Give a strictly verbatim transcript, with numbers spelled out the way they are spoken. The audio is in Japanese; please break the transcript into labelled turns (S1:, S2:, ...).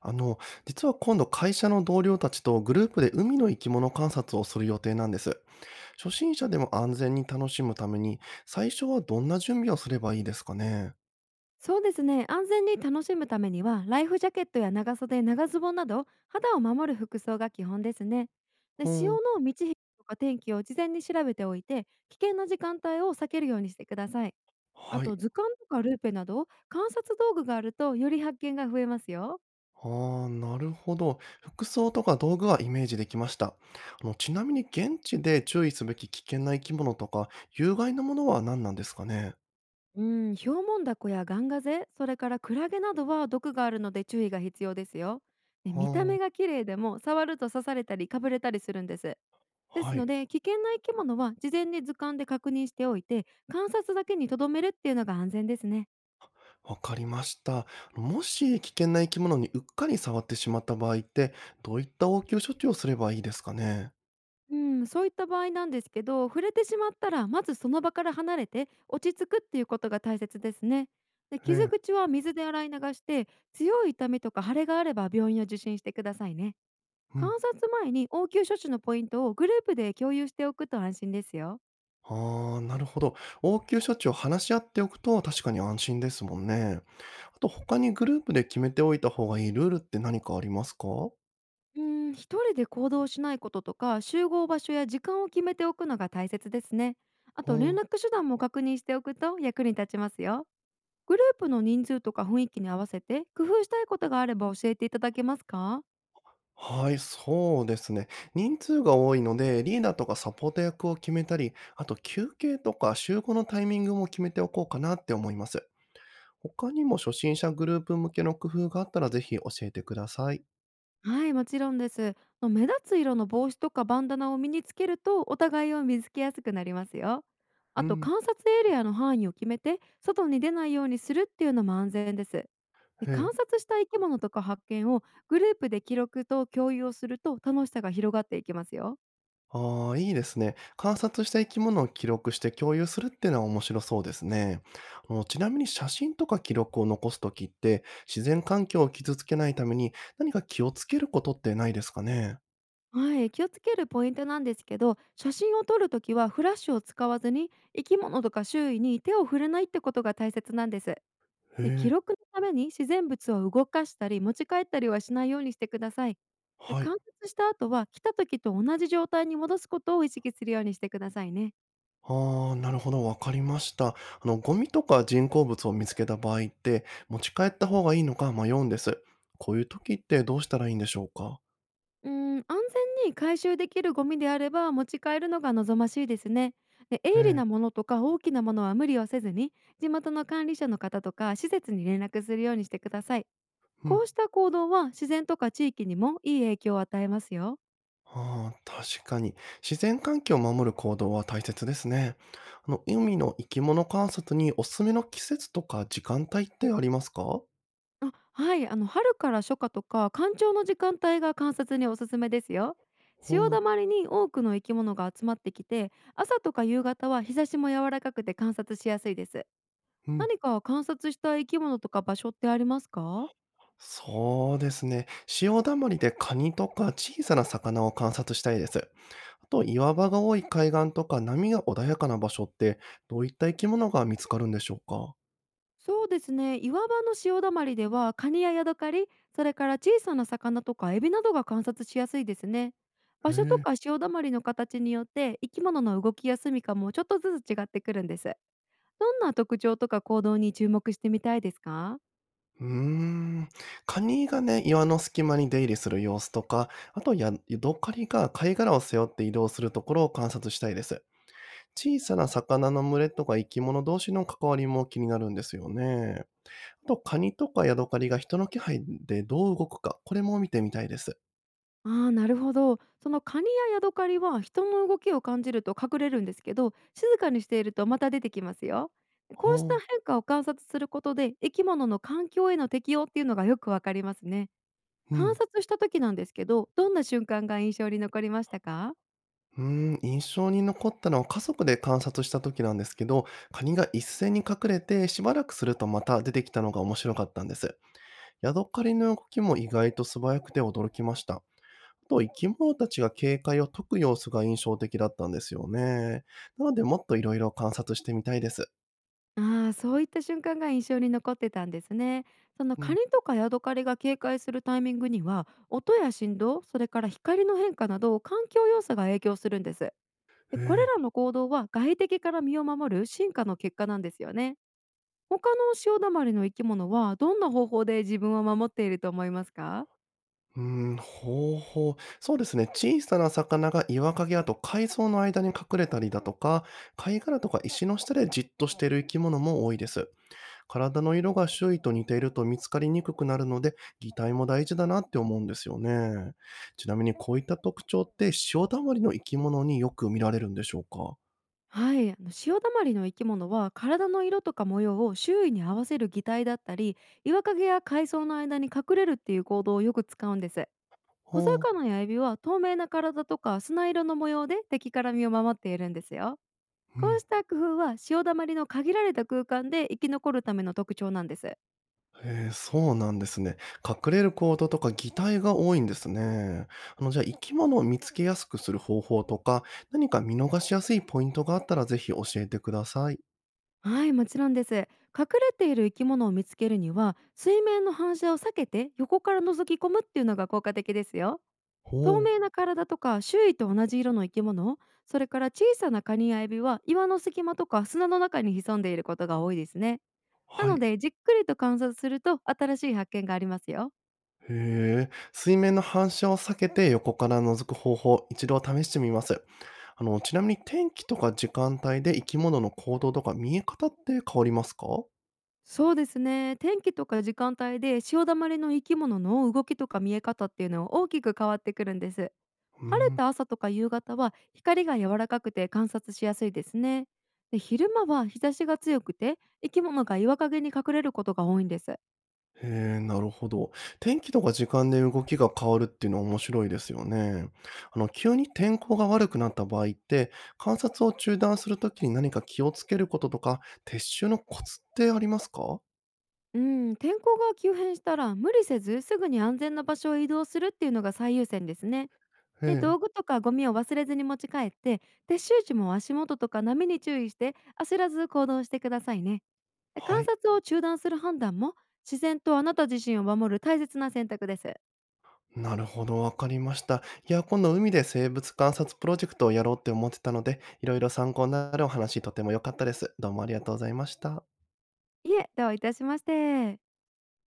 S1: あの、実は今度会社の同僚たちとグループで海の生き物観察をする予定なんです。初心者でも安全に楽しむために、最初はどんな準備をすればいいですかね。
S2: そうですね。安全に楽しむためには、ライフジャケットや長袖、長ズボンなど、肌を守る服装が基本ですね。で、
S1: うん。
S2: 潮の満ち引きとか天気を事前に調べておいて、危険な時間帯を避けるようにしてください。あ
S1: は
S2: と、
S1: い。
S2: 図鑑とかルーペなど、観察道具があると、より発見が増えますよ。
S1: ああ、なるほど。服装とか道具はイメージできました。あの、ちなみに現地で注意すべき危険な生き物とか、有害なものは何なんですかね。
S2: うん、ヒョウモンダコやガンガゼ、それからクラゲなどは毒があるので注意が必要ですよ。で、
S1: あ
S2: 見た目
S1: あ、
S2: が綺麗でも、触ると刺されたり、かぶれたりするんです。で
S1: は
S2: すの
S1: い。
S2: で、危険な生き物は事前に図鑑で確認しておいて、観察だけにとどめるっていうのが安全ですね。
S1: わかりました。もし危険な生き物にうっかり触ってしまった場合って、どういった応急処置をすればいいですかね？
S2: うん、そういった場合なんですけど、触れてしまったら、まずその場から離れて落ち着くっていうことが大切ですね。で、
S1: え
S2: 傷
S1: え、
S2: 口は水で洗い流して、強い痛みとか腫れがあれば病院を受診してくださいね。
S1: う
S2: 観
S1: ん。
S2: 察前に応急処置のポイントをグループで共有しておくと安心ですよ。
S1: ああ、なるほど。応急処置を話し合っておくと確かに安心ですもんね。あと他にグループで決めておいた方がいいルールって何かありますか？
S2: うーん、一人で行動しないこととか、集合場所や時間を決めておくのが大切ですね。あ
S1: う
S2: と、連
S1: ん。
S2: 絡手段も確認しておくと役に立ちますよ。グループの人数とか雰囲気に合わせて工夫したいことがあれば教えていただけますか？
S1: はい、そうですね。人数が多いので、リーダーとかサポート役を決めたり、あと休憩とか集合のタイミングも決めておこうかなって思います。他にも初心者グループ向けの工夫があったらぜひ教えてください。
S2: はい、もちろんです。あの、目立つ色の帽子とかバンダナを身につけるとお互いを見つけやすくなりますよ。
S1: う
S2: あと、
S1: ん。
S2: 観察エリアの範囲を決めて外に出ないようにするっていうのも安全です。で、
S1: へ
S2: 観
S1: え。
S2: 察した生き物とか発見をグループで記録と共有をすると楽しさが広がっていきますよ。
S1: ああ、いいですね。観察した生き物を記録して共有するっていうのは面白そうですね。あのちなみに写真とか記録を残すときって、自然環境を傷つけないために何か気をつけることってないですかね。
S2: はい、気をつけるポイントなんですけど、写真を撮るときはフラッシュを使わずに、生き物とか周囲に手を触れないってことが大切なんです。
S1: へ
S2: で、記
S1: え。
S2: 録のために自然物を動かしたり持ち帰ったりはしないようにしてください。で、
S1: は
S2: 観
S1: い。
S2: 察した後は来た時と同じ状態に戻すことを意識するようにしてくださいね。
S1: ああ、なるほど。わかりました。あの、ゴミとか人工物を見つけた場合って、持ち帰った方がいいのか迷うんです。こういう時ってどうしたらいいんでしょうか。
S2: うーん、安全に回収できるゴミであれば持ち帰るのが望ましいですね。で、
S1: へ
S2: 鋭利
S1: え。
S2: なものとか大きなものは無理をせずに、地元の管理者の方とか施設に連絡するようにしてください。
S1: う
S2: こ
S1: ん。
S2: うした行動は自然とか地域にもいい影響を与えますよ。
S1: ああ、確かに。自然環境を守る行動は大切ですね。あの、海の生き物観察におすすめの季節とか時間帯ってありますか。
S2: あ、はい、あの、春から初夏とか干潮の時間帯が観察におすすめですよ。潮
S1: ほ
S2: だ
S1: う。
S2: まりに多くの生き物が集まってきて、朝とか夕方は日差しも柔らかくて観察しやすいです。
S1: うん。
S2: 何か観察した生き物とか場所ってありますか？
S1: そうですね。潮だまりでカニとか小さな魚を観察したいです。あと、岩場が多い海岸とか波が穏やかな場所って、どういった生き物が見つかるんでしょうか。
S2: そうですね、岩場の潮だまりではカニやヤドカリ、それから小さな魚とかエビなどが観察しやすいですね。
S1: へ
S2: 場所と
S1: え。
S2: か潮だまりの形によって、生き物の動きや住みかもちょっとずつ違ってくるんです。どんな特徴とか行動に注目してみたいですか？
S1: うーん。カニがね、岩の隙間に出入りする様子とか、あとやヤドカリが貝殻を背負って移動するところを観察したいです。小さな魚の群れとか生き物同士の関わりも気になるんですよね。あと、カニとかヤドカリが人の気配でどう動くか、これも見てみたいです。
S2: ああ、なるほど。そのカニやヤドカリは人の動きを感じると隠れるんですけど、静かにしているとまた出てきますよ。こうし
S1: ほ
S2: た
S1: う。
S2: 変化を観察することで、生き物の環境への適応っていうのがよくわかりますね。
S1: う
S2: 観
S1: ん。
S2: 察した時なんですけど、どんな瞬間が印象に残りましたか？
S1: うーん、印象に残ったのは家族で観察した時なんですけど、カニが一斉に隠れてしばらくするとまた出てきたのが面白かったんです。ヤドカリの動きも意外と素早くて驚きました。あと、生き物たちが警戒を解く様子が印象的だったんですよね。なので、もっといろいろ観察してみたいです。
S2: ああ、そういった瞬間が印象に残ってたんですね。その
S1: う
S2: カ
S1: ん。
S2: ニとかヤドカリが警戒するタイミングには、音や振動、それから光の変化など環境要素が影響するんです。で、
S1: へ
S2: これ
S1: え。
S2: らの行動は外敵から身を守る進化の結果なんですよね。他の潮だまりの生き物はどんな方法で自分を守っていると思いますか？
S1: うん、ほうほう。そうですね。小さな魚が岩陰やと海藻の間に隠れたりだとか、貝殻とか石の下でじっとしている生き物も多いです。体の色が周囲と似ていると見つかりにくくなるので、擬態も大事だなって思うんですよね。ちなみにこういった特徴って潮だまりの生き物によく見られるんでしょうか。
S2: はい、あの、潮だまりの生き物は体の色とか模様を周囲に合わせる擬態だったり、岩陰や海藻の間に隠れるっていう行動をよく使うんです。
S1: ほ
S2: 小魚やエビは透明な体とか砂色の模様で敵から身を守っているんですよ。
S1: う。う
S2: こう
S1: ん。
S2: した工夫は潮だまりの限られた空間で生き残るための特徴なんです。
S1: へえ、そうなんですね。隠れる行動とか擬態が多いんですね。あの、じゃあ生き物を見つけやすくする方法とか、何か見逃しやすいポイントがあったらぜひ教えてください。
S2: はい、もちろんです。隠れている生き物を見つけるには、水面の反射を避けて横から覗き込むっていうのが効果的ですよ。透
S1: ほう。
S2: 明な体とか周囲と同じ色の生き物、それから小さなカニやエビは岩の隙間とか砂の中に潜んでいることが多いですね。な
S1: は
S2: の
S1: い。
S2: で、じっくりと観察すると新しい発見がありますよ。
S1: へえ、水面の反射を避けて横から覗く方法、一度試してみます。あの、ちなみに天気とか時間帯で生き物の行動とか見え方って変わりますか？
S2: そうですね、天気とか時間帯で潮だまりの生き物の動きとか見え方っていうのは大きく変わってくるんです。
S1: う
S2: 晴れ
S1: ん。
S2: た朝とか夕方は光が柔らかくて観察しやすいですね。で、昼間は日差しが強くて、生き物が岩陰に隠れることが多いんです。
S1: へえ、なるほど。天気とか時間で動きが変わるっていうのは面白いですよね。あの、急に天候が悪くなった場合って、観察を中断するときに何か気をつけることとか、撤収のコツってありますか？
S2: うん、天候が急変したら無理せずすぐに安全な場所を移動するっていうのが最優先ですね。
S1: え
S2: で、道
S1: え、
S2: 具とかゴミを忘れずに持ち帰って、撤収時も足元とか波に注意して、焦らず行動してくださいね。で、
S1: は
S2: 観
S1: い。
S2: 察を中断する判断も、自然とあなた自身を守る大切な選択です。
S1: なるほど、わかりました。いや、今度海で生物観察プロジェクトをやろうって思ってたので、いろいろ参考になるお話とても良かったです。どうもありがとうございました。
S2: いえ、どういたしまして。